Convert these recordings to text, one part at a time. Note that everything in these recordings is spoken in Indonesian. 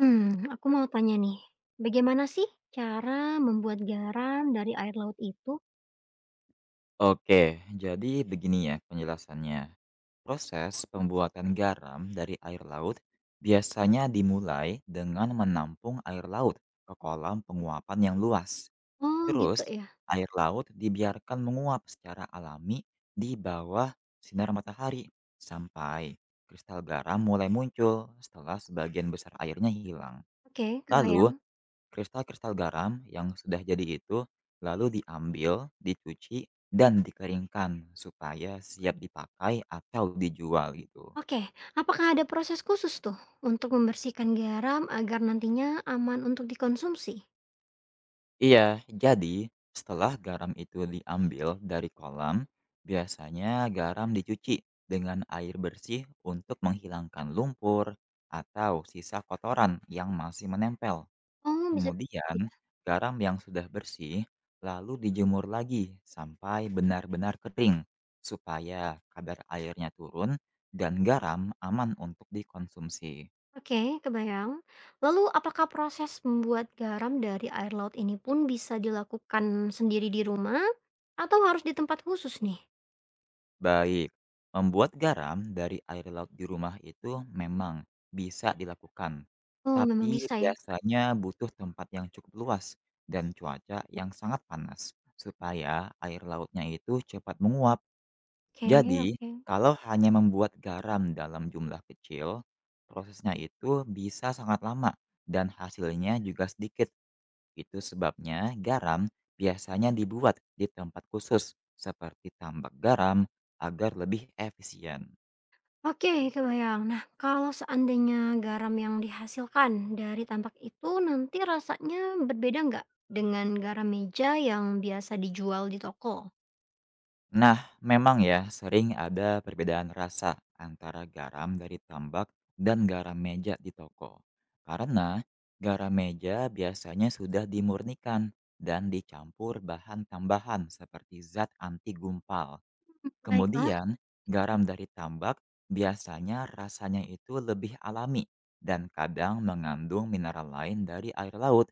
Hmm, aku mau tanya nih, bagaimana sih cara membuat garam dari air laut itu? Oke, jadi begini ya penjelasannya. Proses pembuatan garam dari air laut biasanya dimulai dengan menampung air laut ke kolam penguapan yang luas. Oh Terus, gitu ya. air laut dibiarkan menguap secara alami di bawah sinar matahari sampai kristal garam mulai muncul setelah sebagian besar airnya hilang. Oke. Lalu, Kebayang. Kristal-kristal garam yang sudah jadi itu lalu diambil, dicuci, dan dikeringkan supaya siap dipakai atau dijual gitu. Oke, apakah ada proses khusus tuh untuk membersihkan garam agar nantinya aman untuk dikonsumsi? Iya, jadi, setelah garam itu diambil dari kolam, biasanya garam dicuci dengan air bersih untuk menghilangkan lumpur atau sisa kotoran yang masih menempel. Oh bisa. Kemudian, Iya. garam yang sudah bersih lalu dijemur lagi sampai benar-benar kering, supaya kadar airnya turun dan garam aman untuk dikonsumsi. Oke, kebayang. Lalu apakah proses membuat garam dari air laut ini pun bisa dilakukan sendiri di rumah atau harus di tempat khusus nih? Baik, membuat garam dari air laut di rumah itu memang bisa dilakukan, Oh memang tapi bisa ya? biasanya butuh tempat yang cukup luas dan cuaca yang sangat panas, supaya air lautnya itu cepat menguap. Oke Jadi, oke. kalau hanya membuat garam dalam jumlah kecil, prosesnya itu bisa sangat lama dan hasilnya juga sedikit. Itu sebabnya garam biasanya dibuat di tempat khusus seperti tambak garam agar lebih efisien. Oke, kebayang. Nah, kalau seandainya garam yang dihasilkan dari tampak itu nanti rasanya berbeda nggak dengan garam meja yang biasa dijual di toko? Nah, memang ya, sering ada perbedaan rasa antara garam dari tambak dan garam meja di toko. Karena garam meja biasanya sudah dimurnikan dan dicampur bahan tambahan seperti zat anti gumpal. Baiklah. Kemudian, garam dari tambak biasanya rasanya itu lebih alami dan kadang mengandung mineral lain dari air laut.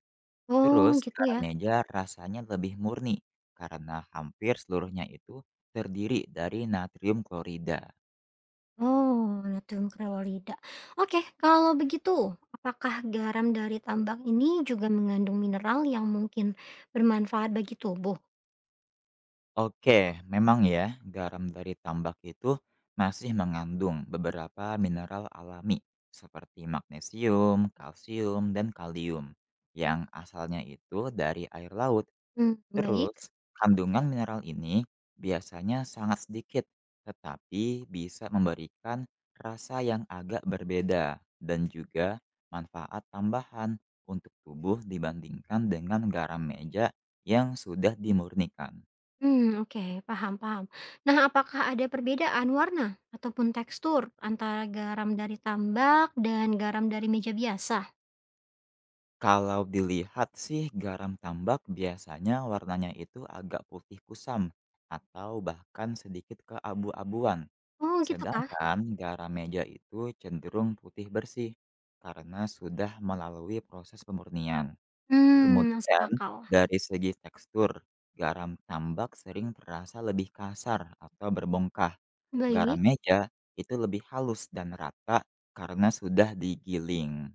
Terus Oh, gitu ya. Karameja rasanya lebih murni, karena hampir seluruhnya itu terdiri dari natrium klorida. Oh, natrium krewolida. Oke, kalau begitu, apakah garam dari tambak ini juga mengandung mineral yang mungkin bermanfaat bagi tubuh? Oke, memang ya, garam dari tambak itu masih mengandung beberapa mineral alami seperti magnesium, kalsium, dan kalium yang asalnya itu dari air laut. Hmm, baik. Terus, kandungan mineral ini biasanya sangat sedikit, tetapi bisa memberikan rasa yang agak berbeda dan juga manfaat tambahan untuk tubuh dibandingkan dengan garam meja yang sudah dimurnikan. Hmm, oke, paham paham. Nah, apakah ada perbedaan warna ataupun tekstur antara garam dari tambak dan garam dari meja biasa? Kalau dilihat sih garam tambak biasanya warnanya itu agak putih kusam atau bahkan sedikit keabu-abuan. Oh, gitu kah? Sedangkan garam meja itu cenderung putih bersih karena sudah melalui proses pemurnian. Hmm, masuk Kemudian, akal. dari segi tekstur, garam tambak sering terasa lebih kasar atau berbongkah. Garam Baik. meja itu lebih halus dan rata karena sudah digiling.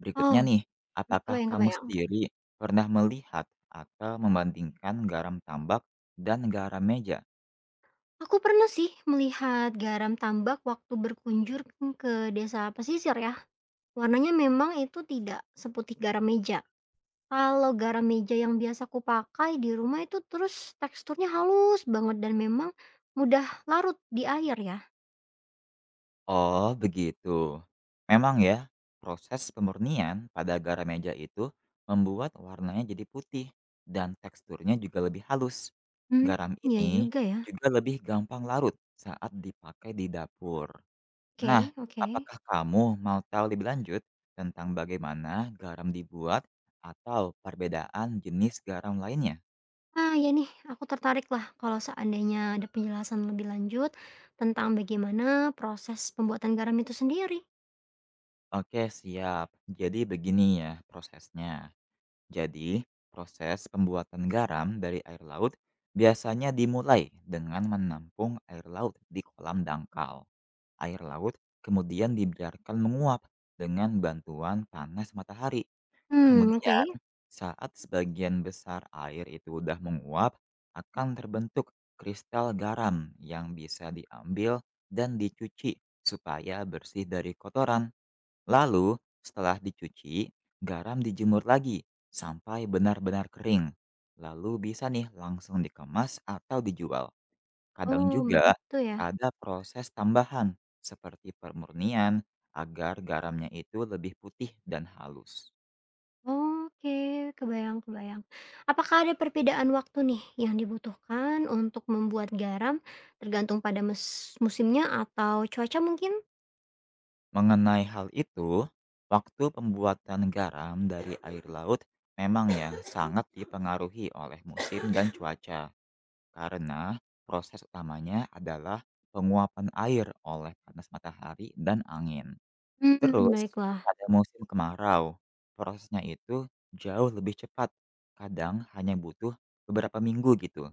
Berikutnya Oh, nih, apakah kebayang kamu kebayang. sendiri pernah melihat atau membandingkan garam tambak dan garam meja? Aku pernah sih melihat garam tambak waktu berkunjung ke desa pesisir ya. Warnanya memang itu tidak seputih garam meja. Kalau garam meja yang biasa aku pakai di rumah itu terus teksturnya halus banget dan memang mudah larut di air ya. Oh, begitu. Memang ya, proses pemurnian pada garam meja itu membuat warnanya jadi putih dan teksturnya juga lebih halus. Hmm, Garam ya ini juga ya. juga lebih gampang larut saat dipakai di dapur. Nah, Oke oke. apakah kamu mau tahu lebih lanjut tentang bagaimana garam dibuat atau perbedaan jenis garam lainnya? Ah, ya nih, aku tertarik lah kalau seandainya ada penjelasan lebih lanjut tentang bagaimana proses pembuatan garam itu sendiri. Oke, siap. Jadi begini ya prosesnya. Jadi, proses pembuatan garam dari air laut biasanya dimulai dengan menampung air laut di kolam dangkal. Air laut kemudian dibiarkan menguap dengan bantuan panas matahari. Hmm, oke. Kemudian, saat sebagian besar air itu udah menguap, akan terbentuk kristal garam yang bisa diambil dan dicuci supaya bersih dari kotoran. Lalu, setelah dicuci, garam dijemur lagi sampai benar-benar kering. Lalu bisa nih langsung dikemas atau dijual. Kadang Oh, juga begitu ya. ada proses tambahan seperti pemurnian agar garamnya itu lebih putih dan halus. Oke, kebayang kebayang. Apakah ada perbedaan waktu nih yang dibutuhkan untuk membuat garam tergantung pada musimnya atau cuaca mungkin? Mengenai hal itu, waktu pembuatan garam dari air laut memang ya sangat dipengaruhi oleh musim dan cuaca. Karena proses utamanya adalah penguapan air oleh panas matahari dan angin. Hmm, Terus baiklah. pada musim kemarau, prosesnya itu jauh lebih cepat, kadang hanya butuh beberapa minggu gitu.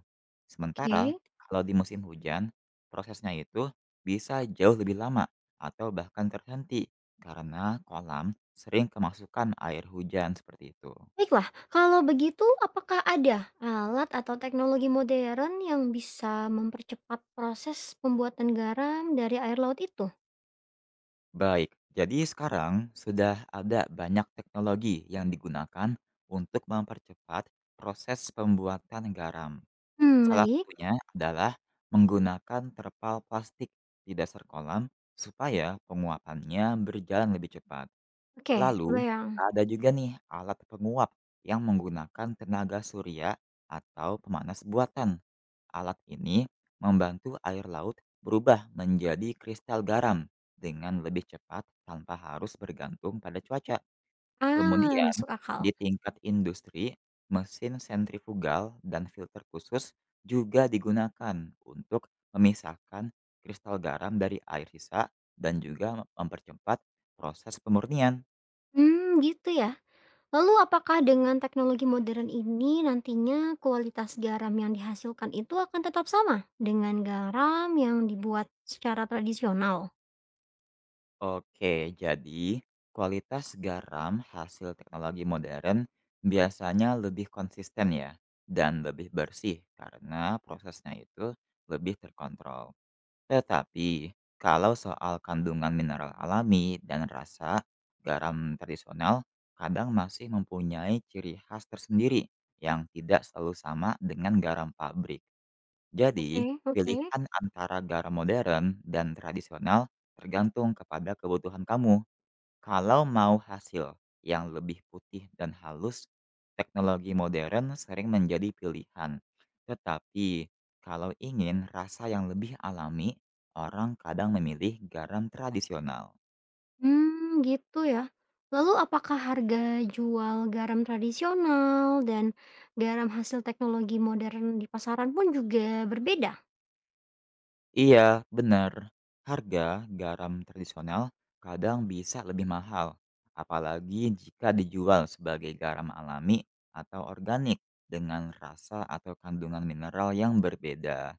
Sementara Oke. kalau di musim hujan, prosesnya itu bisa jauh lebih lama atau bahkan terhenti karena kolam sering kemasukan air hujan seperti itu. Baiklah, kalau begitu apakah ada alat atau teknologi modern yang bisa mempercepat proses pembuatan garam dari air laut itu? Baik, jadi sekarang sudah ada banyak teknologi yang digunakan untuk mempercepat proses pembuatan garam. Hmm, Salah baik. satunya adalah menggunakan terpal plastik di dasar kolam supaya penguapannya berjalan lebih cepat. Oke, Lalu, kebayang. ada juga nih alat penguap yang menggunakan tenaga surya atau pemanas buatan. Alat ini membantu air laut berubah menjadi kristal garam dengan lebih cepat tanpa harus bergantung pada cuaca. Ah, Kemudian, masuk akal. di tingkat industri, mesin sentrifugal dan filter khusus juga digunakan untuk memisahkan kristal garam dari air sisa dan juga mempercepat proses pemurnian. Hmm, gitu ya. Lalu apakah dengan teknologi modern ini nantinya kualitas garam yang dihasilkan itu akan tetap sama dengan garam yang dibuat secara tradisional? Oke, jadi kualitas garam hasil teknologi modern biasanya lebih konsisten ya dan lebih bersih karena prosesnya itu lebih terkontrol. Tetapi kalau soal kandungan mineral alami dan rasa, garam tradisional kadang masih mempunyai ciri khas tersendiri yang tidak selalu sama dengan garam pabrik. Jadi, Oke, oke. pilihan antara garam modern dan tradisional tergantung kepada kebutuhan kamu. Kalau mau hasil yang lebih putih dan halus, teknologi modern sering menjadi pilihan. Tetapi, kalau ingin rasa yang lebih alami, orang kadang memilih garam tradisional. Hmm, gitu ya. Lalu apakah harga jual garam tradisional dan garam hasil teknologi modern di pasaran pun juga berbeda? Iya, benar. Harga garam tradisional kadang bisa lebih mahal, apalagi jika dijual sebagai garam alami atau organik dengan rasa atau kandungan mineral yang berbeda.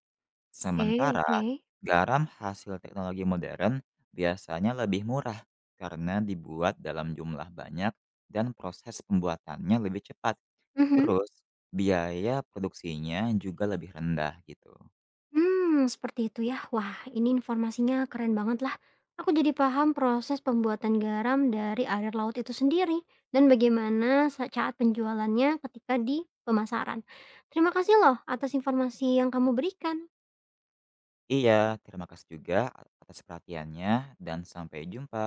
Oke Sementara oke. garam hasil teknologi modern biasanya lebih murah karena dibuat dalam jumlah banyak dan proses pembuatannya lebih cepat. Mhm. Terus, biaya produksinya juga lebih rendah gitu. Mmm, seperti itu ya. Wah, ini informasinya keren banget lah. Aku jadi paham proses pembuatan garam dari air laut itu sendiri dan bagaimana saat penjualannya ketika di pemasaran. Terima kasih loh atas informasi yang kamu berikan. Iya, terima kasih juga atas perhatiannya dan sampai jumpa.